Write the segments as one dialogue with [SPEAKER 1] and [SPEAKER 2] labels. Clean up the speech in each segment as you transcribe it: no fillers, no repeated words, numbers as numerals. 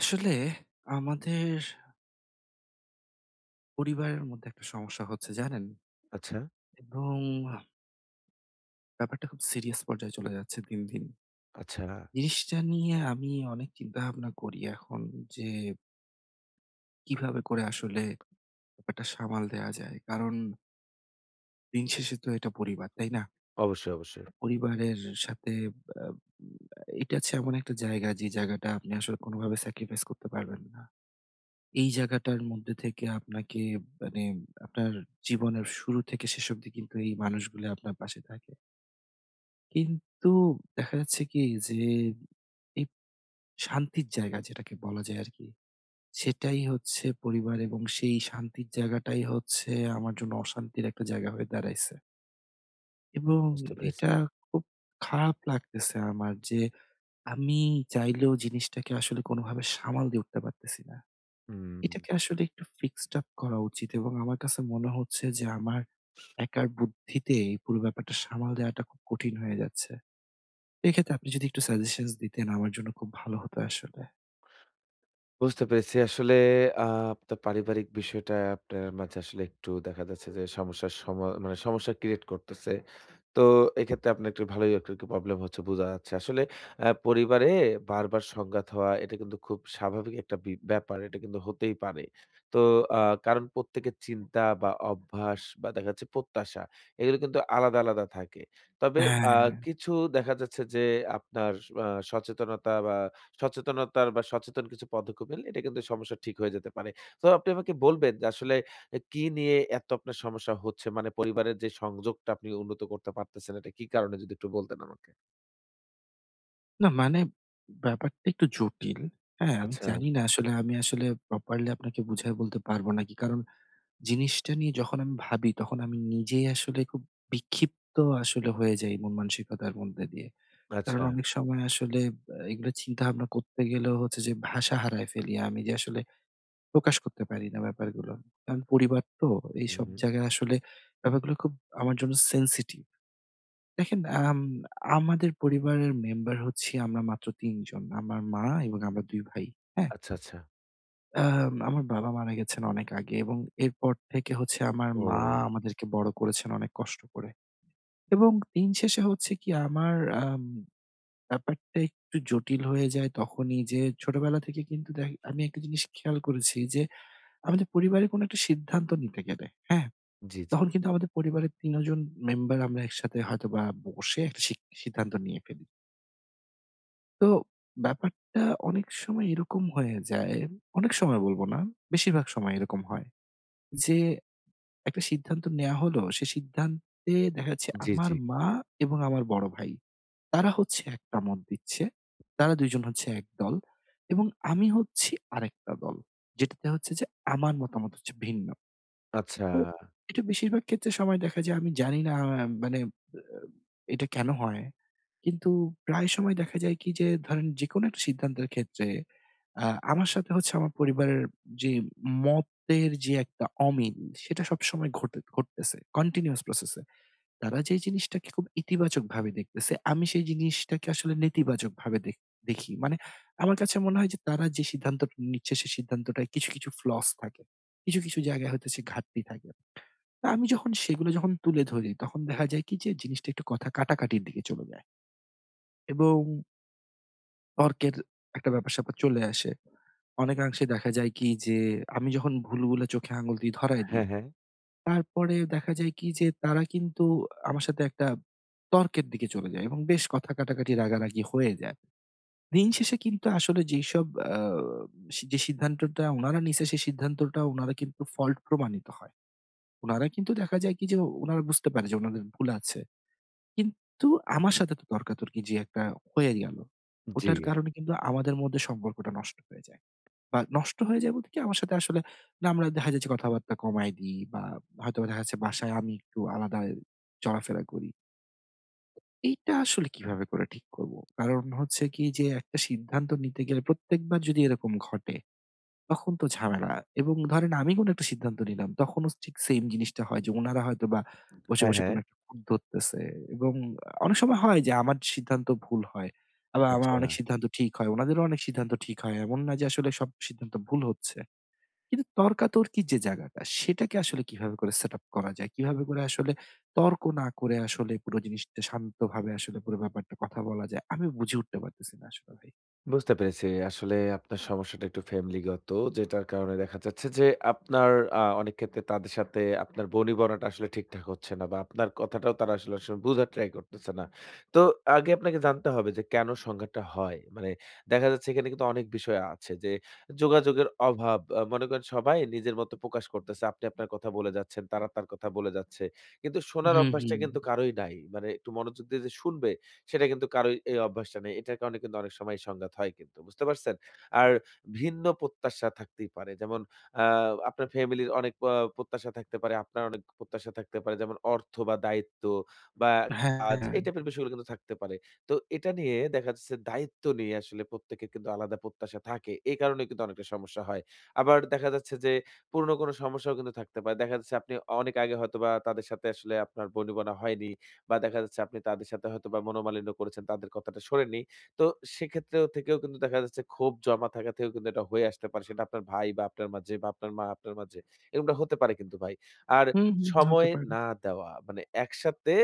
[SPEAKER 1] আসলে আমাদের পরিবারের মধ্যে একটা সমস্যা হচ্ছে জানেন?
[SPEAKER 2] আচ্ছা,
[SPEAKER 1] এবং ব্যাপারটা খুব সিরিয়াস পর্যায়ে চলে যাচ্ছে দিন, দিন।
[SPEAKER 2] আচ্ছা।
[SPEAKER 1] জিনিসটা নিয়ে আমি অনেক চিন্তাভাবনা করি এখন, যে কিভাবে করে আসলে ব্যাপারটা সামাল দেয়া যায়। কারণ দিন শেষে তো এটা পরিবার, তাই না?
[SPEAKER 2] অবশ্যই, অবশ্যই।
[SPEAKER 1] পরিবারের সাথে আ এটা হচ্ছে এমন একটা জায়গা যে জায়গাটা আপনি আসলে কোনোভাবে স্যাক্রিফাইস করতে পারবেন না। এই জায়গাটার মধ্যে থেকে আপনাকে মানে আপনার জীবনের শুরু থেকে শেষ অবধি কিন্তু এই মানুষগুলো আপনার পাশে থাকে। কিন্তু দেখা যাচ্ছে কি যে এই শান্তির জায়গা যেটাকে বলা যায় আরকি, সেটাই হচ্ছে পরিবার, এবং সেই শান্তির জায়গাটাই হচ্ছে আমার জন্য অশান্তির একটা জায়গা হয়ে দাঁড়াইছে। এবং
[SPEAKER 2] বুঝতে পেরেছি।
[SPEAKER 1] এটা খুব খারাপ লাগতেছে আমার, যে আমি চাইলেও জিনিসটাকে আসলে কোনোভাবে সামাল দিয়ে উঠতে পারতেছি না।
[SPEAKER 2] হুম,
[SPEAKER 1] এটাকে আসলে একটু ফিক্সড আপ করা উচিত, এবং আমার কাছে মনে হচ্ছে যে আমার একার বুদ্ধিতে এই পুরো ব্যাপারটা সামাল দেওয়াটা খুব কঠিন হয়ে যাচ্ছে। এক্ষেত্রে আপনি যদি একটু সাজেশনস দিতেন আমার জন্য খুব ভালো হতো আসলে।
[SPEAKER 2] বুঝতে পেরেছি। আসলে আ আপনার পারিবারিক বিষয়টা আপনার মাঝে আসলে একটু দেখা যাচ্ছে যে সমস্যার সমা মানে সমস্যা ক্রিয়েট করতেছে। তো এক্ষেত্রে আপনার একটু ভালোই একটু প্রবলেম হচ্ছে বোঝা যাচ্ছে। আসলে পরিবারে বারবার সংঘাত হওয়া এটা কিন্তু খুব স্বাভাবিক একটা ব্যাপার। এটা কিন্তু হতেই পারে। তো আ কারণ প্রত্যেকের চিন্তা বা অভ্যাস বা দেখা যাচ্ছে প্রত্যাশা এগুলো কিন্তু আলাদা, আলাদা থাকে। তবে আ
[SPEAKER 1] হ্যাঁ,
[SPEAKER 2] কিছু দেখা যাচ্ছে যে আপনার আ সচেতনতা বা সচেতন কিছু পদক্ষেপ নিলে এটা কিন্তু সমস্যা ঠিক হয়ে যেতে পারে। তো আপনি আমাকে বলবেন যে আসলে এ কি নিয়ে এত আপনার সমস্যা হচ্ছে? মানে পরিবারের যে সংযোগটা আপনি উন্নত করতে পারতেছেন, এটা কি কারণে যদি একটু বলতেন আমাকে?
[SPEAKER 1] না মানে ব্যাপারটা একটু জটিল। হ্যাঁ, আমি
[SPEAKER 2] আচ্ছা,
[SPEAKER 1] জানি না আসলে আমি আসলে প্রপারলি আপনাকে বুঝায় বলতে পারব নাকি। কারণ জিনিসটা নিয়ে যখন আমি ভাবি তখন আমি নিজেই আসলে খুব বিক্ষিপ্ত আসলে হয়ে যাই মন মানসিকতার মধ্যে দিয়ে। কারণ
[SPEAKER 2] আচ্ছা।
[SPEAKER 1] অনেক সময় আসলে এগুলো চিন্তাভাবনা করতে গেলেও হচ্ছে যে ভাষা হারায় ফেলি আমি, যে আসলে প্রকাশ করতে পারি না ব্যাপারগুলো। কারণ পরিবার তো
[SPEAKER 2] হুম,
[SPEAKER 1] এইসব
[SPEAKER 2] হুম।
[SPEAKER 1] জায়গায় আসলে ব্যাপারগুলো খুব আমার জন্য সেনসিটিভ। দেখেন, আম আমাদের পরিবারের মেম্বার হচ্ছি আমরা মাত্র ৩ জন। আমার মা এবং আমরা ২ ভাই। হ্যাঁ?
[SPEAKER 2] আচ্ছা, আচ্ছা।
[SPEAKER 1] আমার বাবা মারা গেছেন অনেক আগে, এবং এরপর থেকে হচ্ছে আমার মা
[SPEAKER 2] ও।
[SPEAKER 1] আমাদেরকে বড় করেছেন অনেক কষ্ট করে। এবং দিন শেষে হচ্ছে কি আমার আম ব্যাপারটা একটু জটিল হয়ে যায় তখনই, যে ছোটবেলা থেকে কিন্তু দেখ আমি একটা জিনিস খেয়াল করেছি যে, আমাদের পরিবারে কোনো একটা সিদ্ধান্ত নিতে গেলে, হ্যাঁ?
[SPEAKER 2] জি, জি।
[SPEAKER 1] তখন কিন্তু আমাদের পরিবারের ৩ জন মেম্বার আমরা একসাথে হয়তোবা বসে একটা সিদ্ধান্ত নিয়ে ফেলি। তো ব্যাপারটা অনেক সময় এরকম হয়ে যায়, অনেক সময় বলব না, বেশিরভাগ সময় এরকম হয় যে একটা সিদ্ধান্ত নেয়া হলো, সে সিদ্ধান্তে দেখা যাচ্ছে
[SPEAKER 2] জি,
[SPEAKER 1] আমার
[SPEAKER 2] জি।
[SPEAKER 1] মা এবং আমার বড় ভাই তারা হচ্ছে একটা মত দিচ্ছে। তারা ২ জন হচ্ছে এক দল, এবং আমি হচ্ছি আরেকটা দল। যেটাতে হচ্ছে যে আমার মতামত হচ্ছে ভিন্ন।
[SPEAKER 2] আচ্ছা।
[SPEAKER 1] তো এটা বেশিরভাগ ক্ষেত্রে সময় দেখা যায়, আমি জানি না, মানে আ এটা কেন হয়? কিন্তু প্রায় সময় দেখা যায় কি যে ধরেন যেকোনো একটা সিদ্ধান্তের ক্ষেত্রে আ আমার সাথে হচ্ছে আমার পরিবারের যে মতের যে একটা অমিল, সেটা সবসময় ঘটে ঘটতেছে। কন্টিনিউয়াস প্রসেস এ। তারা যে জিনিসটাকে খুব ইতিবাচকভাবে দেখতেছে, আমি সেই জিনিসটাকে আসলে নেতিবাচকভাবে দেখি। মানে আমার কাছে মনে হয় যে তারা যে সিদ্ধান্তটা নিচ্ছে সে সিদ্ধান্তটায় কিছু, কিছু flaws থাকে। কিছু, কিছু জায়গায় হয়তো সে ঘাটতি থাকে। তা আমি যখন সেগুলো যখন তুলে ধরি তখন দেখা যায় কি যে জিনিসটা একটু কথা কাটাকাটির দিকে চলে যায়, এবং তর্কের একটা ব্যাপার-স্যাপার চলে আসে। অনেকাংশে দেখা যায় কি যে আমি যখন ভুলগুলো চোখে আঙুল দিয়ে ধরায় দিই,
[SPEAKER 2] হ্যাঁ, হ্যাঁ।
[SPEAKER 1] তারপরে দেখা যায় কি যে তারা কিন্তু আমার সাথে একটা তর্কের দিকে চলে যায় এবং বেশ কথা কাটাকাটি রাগারাগি হয়ে যায়। দিন শেষে কিন্তু আসলে যেইসব আ যে সিদ্ধান্তটা উনারা নিছে সেই সিদ্ধান্তটা উনারা কিন্তু ফল্ট প্রমাণিত হয়। উনারা কিন্তু দেখা যায় কি যে উনারা বুঝতে পারে যে উনাদের ভুল আছে। কিন্তু আমার সাথে তো তর্কাতর্কি যে একটা হয়ে গেল।
[SPEAKER 2] জি।
[SPEAKER 1] ওটার কারণে কিন্তু আমাদের মধ্যে সম্পর্কটা নষ্ট হয়ে যায়। বা নষ্ট হয়ে যায় বলতে কি আমার সাথে আসলে না, আমরা দেখা যাচ্ছে কথাবার্তা কমায় দিই বা হয়তোবা দেখা যাচ্ছে বাসায় আমি একটু আলাদা চলাফেরা করি। এইটা আসলে কিভাবে করে ঠিক করব? কারণ হচ্ছে কি যে একটা সিদ্ধান্ত নিতে গেলে প্রত্যেকবার যদি এরকম ঘটে তখন তো ঝামেলা। এবং ধরেন আমি কোনো একটা সিদ্ধান্ত নিলাম তখনও ঠিক সেইম জিনিসটা হয়, যে উনারা হয়তোবা বসে,
[SPEAKER 2] হ্যাঁ,
[SPEAKER 1] বসে
[SPEAKER 2] হ্যাঁ।
[SPEAKER 1] কোনো একটা খুঁত ধরতেছে, এবং অনেক সময় হয় যে আমার সিদ্ধান্ত ভুল হয়। আবার আমার
[SPEAKER 2] আচ্ছা।
[SPEAKER 1] অনেক সিদ্ধান্ত ঠিক হয়। উনাদেরও অনেক সিদ্ধান্ত ঠিক হয়। এমন না যে আসলে সব সিদ্ধান্ত ভুল হচ্ছে। কিন্তু তর্কাতর্কির যে জায়গাটা সেটাকে আসলে কিভাবে করে সেটআপ করা যায়? কিভাবে করে আসলে তর্ক না করে আসলে পুরো জিনিসটা শান্তভাবে আসলে পুরো ব্যাপারটা কথা বলা যায়? আমি বুঝে উঠতে পারতেছি না আসলে ভাই।
[SPEAKER 2] বুঝতে পেরেছি। আসলে আপনার সমস্যাটা একটু ফ্যামিলিগত। যেটার কারণে দেখা যাচ্ছে যে আপনার অনেক ক্ষেত্রে তাদের সাথে আপনার বনিবনাটা আসলে ঠিকঠাক হচ্ছে না বা আপনার কথাটাও তারা আসলে আসলে বুঝার ট্রাই করতেছে না। তো আগে আপনাকে জানতে হবে যে কেন সংঘাতটা হয়? মানে দেখা যাচ্ছে এখানে কিন্তু অনেক বিষয় আছে যে যোগাযোগের অভাব। মনে করেন সবাই নিজের মতো প্রকাশ করতেছে। আপনি আপনার কথা বলে যাচ্ছেন, তারা তার কথা বলে যাচ্ছে। কিন্তু শোনার
[SPEAKER 1] হুম,
[SPEAKER 2] অভ্যাসটা
[SPEAKER 1] হুম।
[SPEAKER 2] কিন্তু কারোই নাই। মানে একটু মনোযোগ দিয়ে যে শুনবে সেটা কিন্তু কারোই এই অভ্যাসটা নেই। এটার কারণে কিন্তু অনেক সময় সংঘাত হয় কিন্তু। বুঝতে পারছেন? আর ভিন্ন প্রত্যাশা থাকতেই পারে। যেমন আ আপনার ফ্যামিলির অনেক প্রত্যাশা থাকতে পারে, আপনার অনেক প্রত্যাশা থাকতে পারে। যেমন অর্থ বা দায়িত্ব বা কাজ
[SPEAKER 1] হ্যাঁ।
[SPEAKER 2] এই টাইপের বিষয়গুলো কিন্তু থাকতে পারে। তো এটা নিয়ে দেখা যাচ্ছে দায়িত্ব নিয়ে আসলে প্রত্যেকের কিন্তু আলাদা প্রত্যাশা থাকে। এই কারণে কিন্তু অনেকটা সমস্যা হয়। আবার দেখা যাচ্ছে যে পুরনো কোনো সমস্যাও কিন্তু থাকতে পারে। দেখা যাচ্ছে আপনি অনেক আগে হয়তোবা তাদের সাথে আসলে আপনার বনিবনা হয়নি। বা দেখা যাচ্ছে আপনি তাদের সাথে হয়তোবা মনোমালিন্য করেছেন, তাদের কথাটা শোনেননি। তো সেক্ষেত্রেও থেকেও কিন্তু দেখা যাচ্ছে ক্ষোভ জমা থাকা থেকেও কিন্তু এটা হয়ে আসতে পারে। সেটা আপনার ভাই বা আপনার মাঝে বা আপনার মা আপনার মাঝে। এরকমটা হতে পারে কিন্তু ভাই। আর
[SPEAKER 1] হুম, হুম, হতে
[SPEAKER 2] সময়
[SPEAKER 1] পারে।
[SPEAKER 2] না দেওয়া মানে একসাথে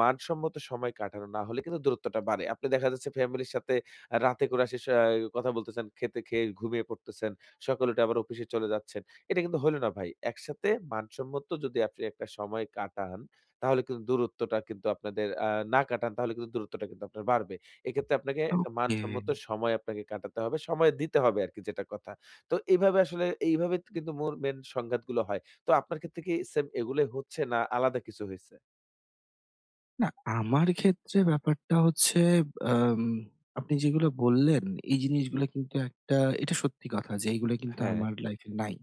[SPEAKER 2] মানসম্মত সময় কাটানো না হলে কিন্তু দূরত্বটা বাড়ে। আপনি দেখা যাচ্ছে ফ্যামিলির সাথে রাতে করে আসে স কথা বলতেছেন, খেতে খেয়ে ঘুমিয়ে পড়তেছেন। সকালে উঠে আবার অফিসে চলে যাচ্ছেন। এটা কিন্তু হইল না ভাই। একসাথে মানসম্মত যদি আপনি একটা সময় কাটান তাহলে কিন্তু দূরত্বটা কিন্তু আপনাদের না কাটান তাহলে কিন্তু দূরত্বটা কিন্তু আপনার বাড়বে। এক্ষেত্রে আপনাকে একটা
[SPEAKER 1] ওকে।
[SPEAKER 2] মানসম্মত সময় আপনাকে কাটাতে হবে। সময় দিতে হবে আরকি যেটা কথা। তো এইভাবে কিন্তু মূল মেইন সংঘাতগুলো হয়। তো আপনার ক্ষেত্রে কি সেম এগুলোই হচ্ছে না আলাদা কিছু হইছে?
[SPEAKER 1] না, আমার ক্ষেত্রে ব্যাপারটা হচ্ছে আম আপনি যেগুলো বললেন এই জিনিসগুলো কিন্তু একটা, এটা সত্যি কথা যে এইগুলো কিন্তু
[SPEAKER 2] হ্যাঁ।
[SPEAKER 1] আমার লাইফে নাই।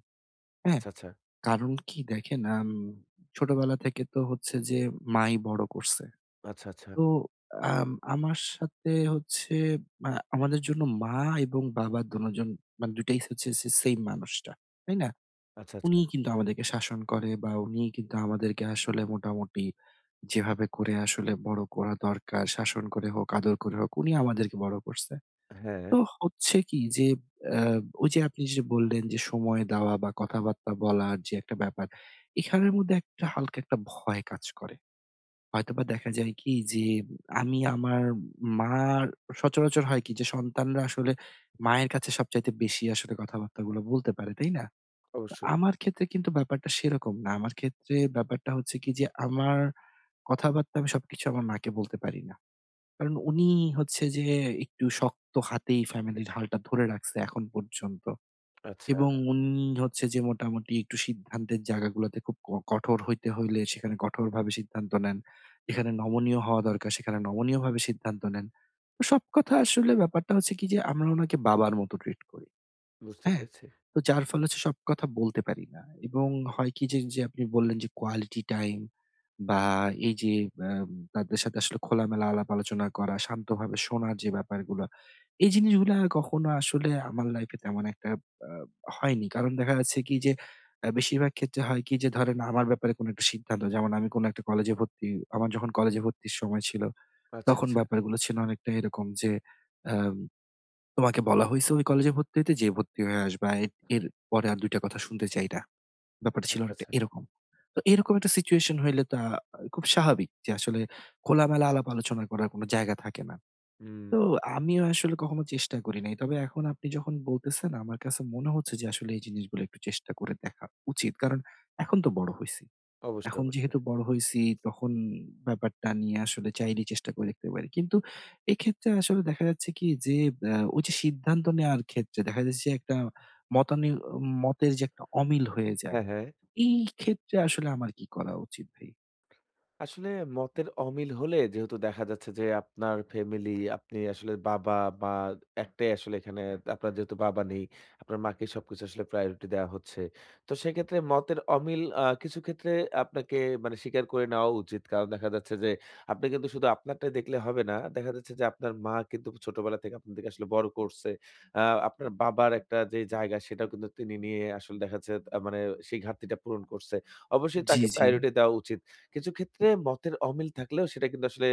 [SPEAKER 1] হ্যাঁ?
[SPEAKER 2] আচ্ছা, আচ্ছা।
[SPEAKER 1] কারণ কি দেখেন, ছোটবেলা থেকে তো হচ্ছে যে মাই বড় করছে।
[SPEAKER 2] আচ্ছা, আচ্ছা।
[SPEAKER 1] তো আম আমার সাথে হচ্ছে আ আমাদের জন্য মা এবং বাবা দোনোজন মানে ২ টাই হচ্ছে সে সেইম মানুষটা। তাই না?
[SPEAKER 2] আচ্ছা, আচ্ছা।
[SPEAKER 1] উনিই কিন্তু আমাদেরকে শাসন করে বা উনিই কিন্তু আমাদেরকে আসলে মোটামুটি যেভাবে করে আসলে বড় করা দরকার, শাসন করে হোক, আদর করে হোক, উনি আমাদেরকে বড় করছে।
[SPEAKER 2] হ্যাঁ,
[SPEAKER 1] তো হচ্ছে কি যে আ ওই যে আপনি যে বললেন যে সময় দেওয়া বা কথাবার্তা বলার যে একটা ব্যাপার, এখানের মধ্যে একটা হালকা একটা ভয় কাজ করে। হয়তোবা দেখা যায় কি যে আমি আমার মার সচরাচর হয় কি যে সন্তানরা আসলে মায়ের কাছে সবচাইতে বেশি আসলে কথাবার্তাগুলো বলতে পারে, তাই না? তো
[SPEAKER 2] অবশ্যই।
[SPEAKER 1] আমার ক্ষেত্রে কিন্তু ব্যাপারটা সেরকম না। আমার ক্ষেত্রে ব্যাপারটা হচ্ছে কি যে আমার কথাবার্তা আমি সবকিছু আমার মাকে বলতে পারি না। কারণ উনি হচ্ছে যে একটু শক্ত হাতেই ফ্যামিলির হালটা ধরে রাখছে এখন পর্যন্ত।
[SPEAKER 2] আচ্ছা,
[SPEAKER 1] এবং উনি হচ্ছে যে মোটামুটি একটু সিদ্ধান্তের জায়গাগুলোতে খুব কঠোর হইতে হইলে সেখানে কঠোরভাবে সিদ্ধান্ত নেন। যেখানে নমনীয় হওয়া দরকার সেখানে নমনীয়ভাবে সিদ্ধান্ত নেন। তো সব কথা আসলে ব্যাপারটা হচ্ছে কি যে আমরা উনাকে বাবার মতো ট্রিট করি।
[SPEAKER 2] বুঝতে
[SPEAKER 1] হ্যাঁ?
[SPEAKER 2] পেরেছি।
[SPEAKER 1] তো যার ফলে হচ্ছে সব কথা বলতে পারি না, এবং হয় কি যে, যে আপনি বললেন যে কোয়ালিটি টাইম বা এই যে আম তাদের সাথে আসলে খোলামেলা আলাপ আলোচনা করা, শান্তভাবে শোনার যে ব্যাপারগুলা, এই জিনিসগুলা কখনো আসলে আমার লাইফে তেমন একটা আ হয়নি। কারণ দেখা যাচ্ছে কি যে বেশিরভাগ ক্ষেত্রে হয় কি যে ধরেন আমার ব্যাপারে কোনো একটা সিদ্ধান্ত, যেমন আমি কোনো একটা কলেজে ভর্তি আমার যখন কলেজে ভর্তির সময় ছিল,
[SPEAKER 2] আচ্ছা,
[SPEAKER 1] তখন
[SPEAKER 2] আচ্ছা।
[SPEAKER 1] ব্যাপারগুলো ছিল অনেকটা এরকম যে আম তোমাকে বলা হইছে ওই কলেজে ভর্তি হইতে, যেয়ে ভর্তি হয়ে আসবা। এর এর পরে আর ২ টা কথা শুনতে চাই না। ব্যাপারটা ছিল
[SPEAKER 2] আচ্ছা,
[SPEAKER 1] অনেকটা
[SPEAKER 2] আচ্ছা।
[SPEAKER 1] এরকম। তো এরকম একটা সিচুয়েশন হইলে তো খুব স্বাভাবিক যে আসলে খোলামেলা আলাপ আলোচনা করার কোনো জায়গা থাকে না।
[SPEAKER 2] হুম,
[SPEAKER 1] তো আমিও আসলে কখনো চেষ্টা করি নাই। তবে এখন আপনি যখন বলতেছেন আমার কাছে মনে হচ্ছে যে আসলে এই জিনিসগুলো একটু চেষ্টা করে দেখা উচিত। কারণ এখন তো বড় হইছি।
[SPEAKER 2] অবশ্যই,
[SPEAKER 1] এখন
[SPEAKER 2] অবশ্যই।
[SPEAKER 1] যেহেতু বড় হইছি তখন ব্যাপারটা নিয়ে আসলে চাইলেই চেষ্টা করে দেখতে পারি। কিন্তু এক্ষেত্রে আসলে দেখা যাচ্ছে কি যে ওই যে সিদ্ধান্ত নেওয়ার ক্ষেত্রে দেখা যাচ্ছে যে একটা মতানি মতের যে একটা অমিল হয়ে যায়।
[SPEAKER 2] হ্যাঁ, হ্যাঁ।
[SPEAKER 1] এই ক্ষেত্রে আসলে আমার কি করা উচিত ভাই?
[SPEAKER 2] আসলে মতের অমিল হলে যেহেতু দেখা যাচ্ছে যে আপনার ফ্যামিলি আপনি আসলে বাবা মা একটাই আসলে এখানে আপনার যেহেতু বাবা নেই আপনার মাকে সবকিছু আসলে প্রায়োরিটি দেওয়া হচ্ছে, তো সেক্ষেত্রে মতের অমিল কিছু ক্ষেত্রে আপনাকে মানে স্বীকার করে নেওয়া উচিত কারণ দেখা যাচ্ছে যে আপনি কিন্তু শুধু আপনারটাই দেখলে হবে না, দেখা যাচ্ছে যে আপনার মা কিন্তু ছোটবেলা থেকে আপনাদেরকে আসলে বড় করছে। আপনার বাবার একটা যে জায়গা সেটাও কিন্তু তিনি নিয়ে আসলে দেখা যাচ্ছে মানে সেই ঘাটতিটা পূরণ করছে। অবশ্যই
[SPEAKER 1] জি,
[SPEAKER 2] তাকে
[SPEAKER 1] জি।
[SPEAKER 2] প্রায়োরিটি দেওয়া উচিত। কিছু ক্ষেত্রে মতের অমিল থাকলেও সেটা কিন্তু আসলে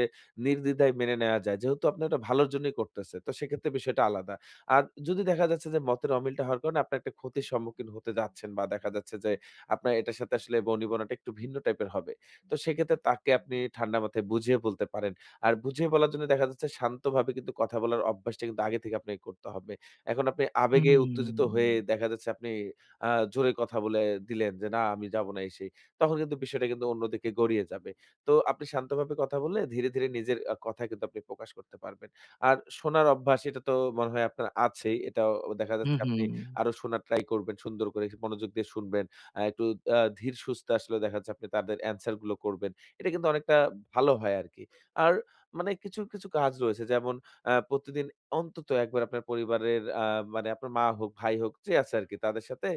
[SPEAKER 2] নির্দ্বিধায় মেনে নেওয়া যায়। যেহেতু আপনি ওটা ভালোর জন্যই করতেছে। তো সেক্ষেত্রে বিষয়টা আলাদা। আর যদি দেখা যাচ্ছে যে মতের অমিলটা হওয়ার কারণে আপনি একটা ক্ষতির সম্মুখীন হতে যাচ্ছেন বা দেখা যাচ্ছে যে আপনার এটার সাথে আসলে বনিবনাটা একটু ভিন্ন টাইপের হবে। তো সেক্ষেত্রে তাকে আপনি ঠান্ডা মাথায় বুঝিয়ে বলতে পারেন। আর বুঝিয়ে বলার জন্য দেখা যাচ্ছে শান্তভাবে কিন্তু কথা বলার অভ্যাসটা কিন্তু আগে থেকে আপনাকে করতে হবে। এখন আপনি আবেগে
[SPEAKER 1] হুম,
[SPEAKER 2] উত্তেজিত হয়ে দেখা যাচ্ছে আপনি আ জোরে কথা বলে দিলেন যে, "না আমি যাবো না" এই সেই। তখন কিন্তু বিষয়টা কিন্তু অন্যদিকে গড়িয়ে যাবে। তো আপনি শান্তভাবে কথা বললে ধীরে, ধীরে নিজের কথা কিন্তু আপনি প্রকাশ করতে পারবেন। আর শোনার অভ্যাস এটা তো মনে হয় আপনার আছেই। এটাও দেখা
[SPEAKER 1] হু,
[SPEAKER 2] যাচ্ছে
[SPEAKER 1] হুম।
[SPEAKER 2] আপনি আরো শোনার ট্রাই করবেন। সুন্দর করে একটু মনোযোগ দিয়ে শুনবেন। একটু ধীর সুস্থে আসলে দেখা যাচ্ছে আপনি তাদের অ্যান্সার গুলো করবেন। এটা কিন্তু অনেকটা ভালো হয় আরকি। আর মানে কিছু কাজ রয়েছে যেমন প্রতিদিন অন্তত একবার আপনার পরিবারের মানে আপনার মা হোক, ভাই হোক যে আছে আরকি তাদের সাথে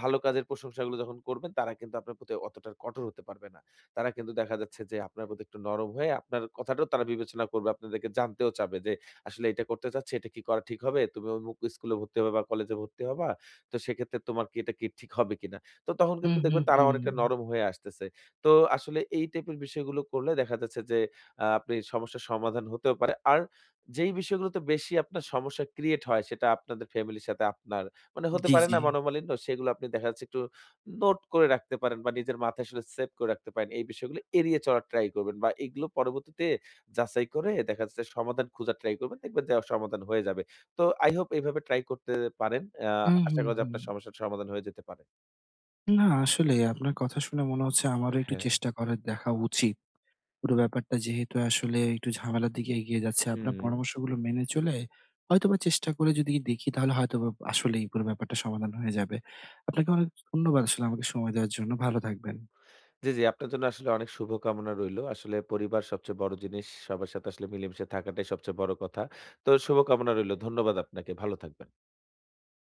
[SPEAKER 2] ভালো কাজের প্রশংসাগুলো যখন করবেন, তারা কিন্তু আপনার প্রতি অতটা কঠোর হতে পারবে না। তারা কিন্তু দেখা যাচ্ছে যে আপনার প্রতি একটু নরম হয়ে আপনার কথাটাও তারা বিবেচনা করবে। আপনাদেরকে জানতেও চাবে যে, "আসলে এটা করতে চাচ্ছি, এটা কি করা ঠিক হবে? তুমি অমুক স্কুলে ভর্তি হবা বা কলেজে ভর্তি হবা। তো সেক্ষেত্রে তোমার কি এটা কি ঠিক হবে কিনা?" তো তখন
[SPEAKER 1] হু,
[SPEAKER 2] কিন্তু
[SPEAKER 1] হু,
[SPEAKER 2] দেখবেন তারা
[SPEAKER 1] হুম।
[SPEAKER 2] অনেকটা নরম হয়ে আসতেছে। তো এই টাইপের বিষয়গুলো করলে দেখা যাচ্ছে যে, আপনি সমস্যার সমাধান হতেও পারে। আর যেই বিষয়গুলোতে বেশি আপনার সমস্যা ক্রিয়েট হয়, সেটা আপনাদের ফ্যামিলির সাথে আপনার। মানে হতে
[SPEAKER 1] জি,
[SPEAKER 2] পারে
[SPEAKER 1] জি।
[SPEAKER 2] না মনোমালিন্য? সেগুলো আপনি দেখা যাচ্ছে একটু নোট করে রাখতে পারেন বা নিজের মাথায় আসলে সেভ করে রাখতে পারেন। এই বিষয়গুলো এড়িয়ে চলার ট্রাই করবেন বা এগুলো পরবর্তীতে যাচাই করে দেখা যাচ্ছে সমাধান খোঁজার ট্রাই করবেন। দেখবেন যে সমাধান হয়ে যাবে। তো I hope এইভাবে ট্রাই করতে পারেন। আ
[SPEAKER 1] হু, হু,
[SPEAKER 2] আশা করা যায়
[SPEAKER 1] হুম।
[SPEAKER 2] আপনার সমস্যার সমাধান হয়ে যেতে পারে।
[SPEAKER 1] না আসলে আপনার কথা শুনে মনে হচ্ছে আমারও একটু
[SPEAKER 2] হ্যাঁ।
[SPEAKER 1] চেষ্টা করে দেখা উচিত। পুরো ব্যাপারটা যেহেতু আসলে একটু ঝামেলার দিকে এগিয়ে যাচ্ছে, আপনার
[SPEAKER 2] হুম।
[SPEAKER 1] পরামর্শগুলো মেনে চলে হয়তোবা চেষ্টা করে যদি দেখি তাহলে হয়তোবা আসলেই পুরো ব্যাপারটা সমাধান হয়ে যাবে। আপনাকে অনেক ধন্যবাদ আসলে আমাকে সময় দেওয়ার জন্য। ভালো থাকবেন।
[SPEAKER 2] জি, জি। আপনার জন্য আসলে অনেক শুভকামনা রইলো। আসলে পরিবার সবচেয়ে বড় জিনিস। সবার সাথে আসলে মিলেমিশে থাকাটাই সবচেয়ে বড় কথা। তো শুভকামনা রইলো। ধন্যবাদ আপনাকে। ভালো থাকবেন।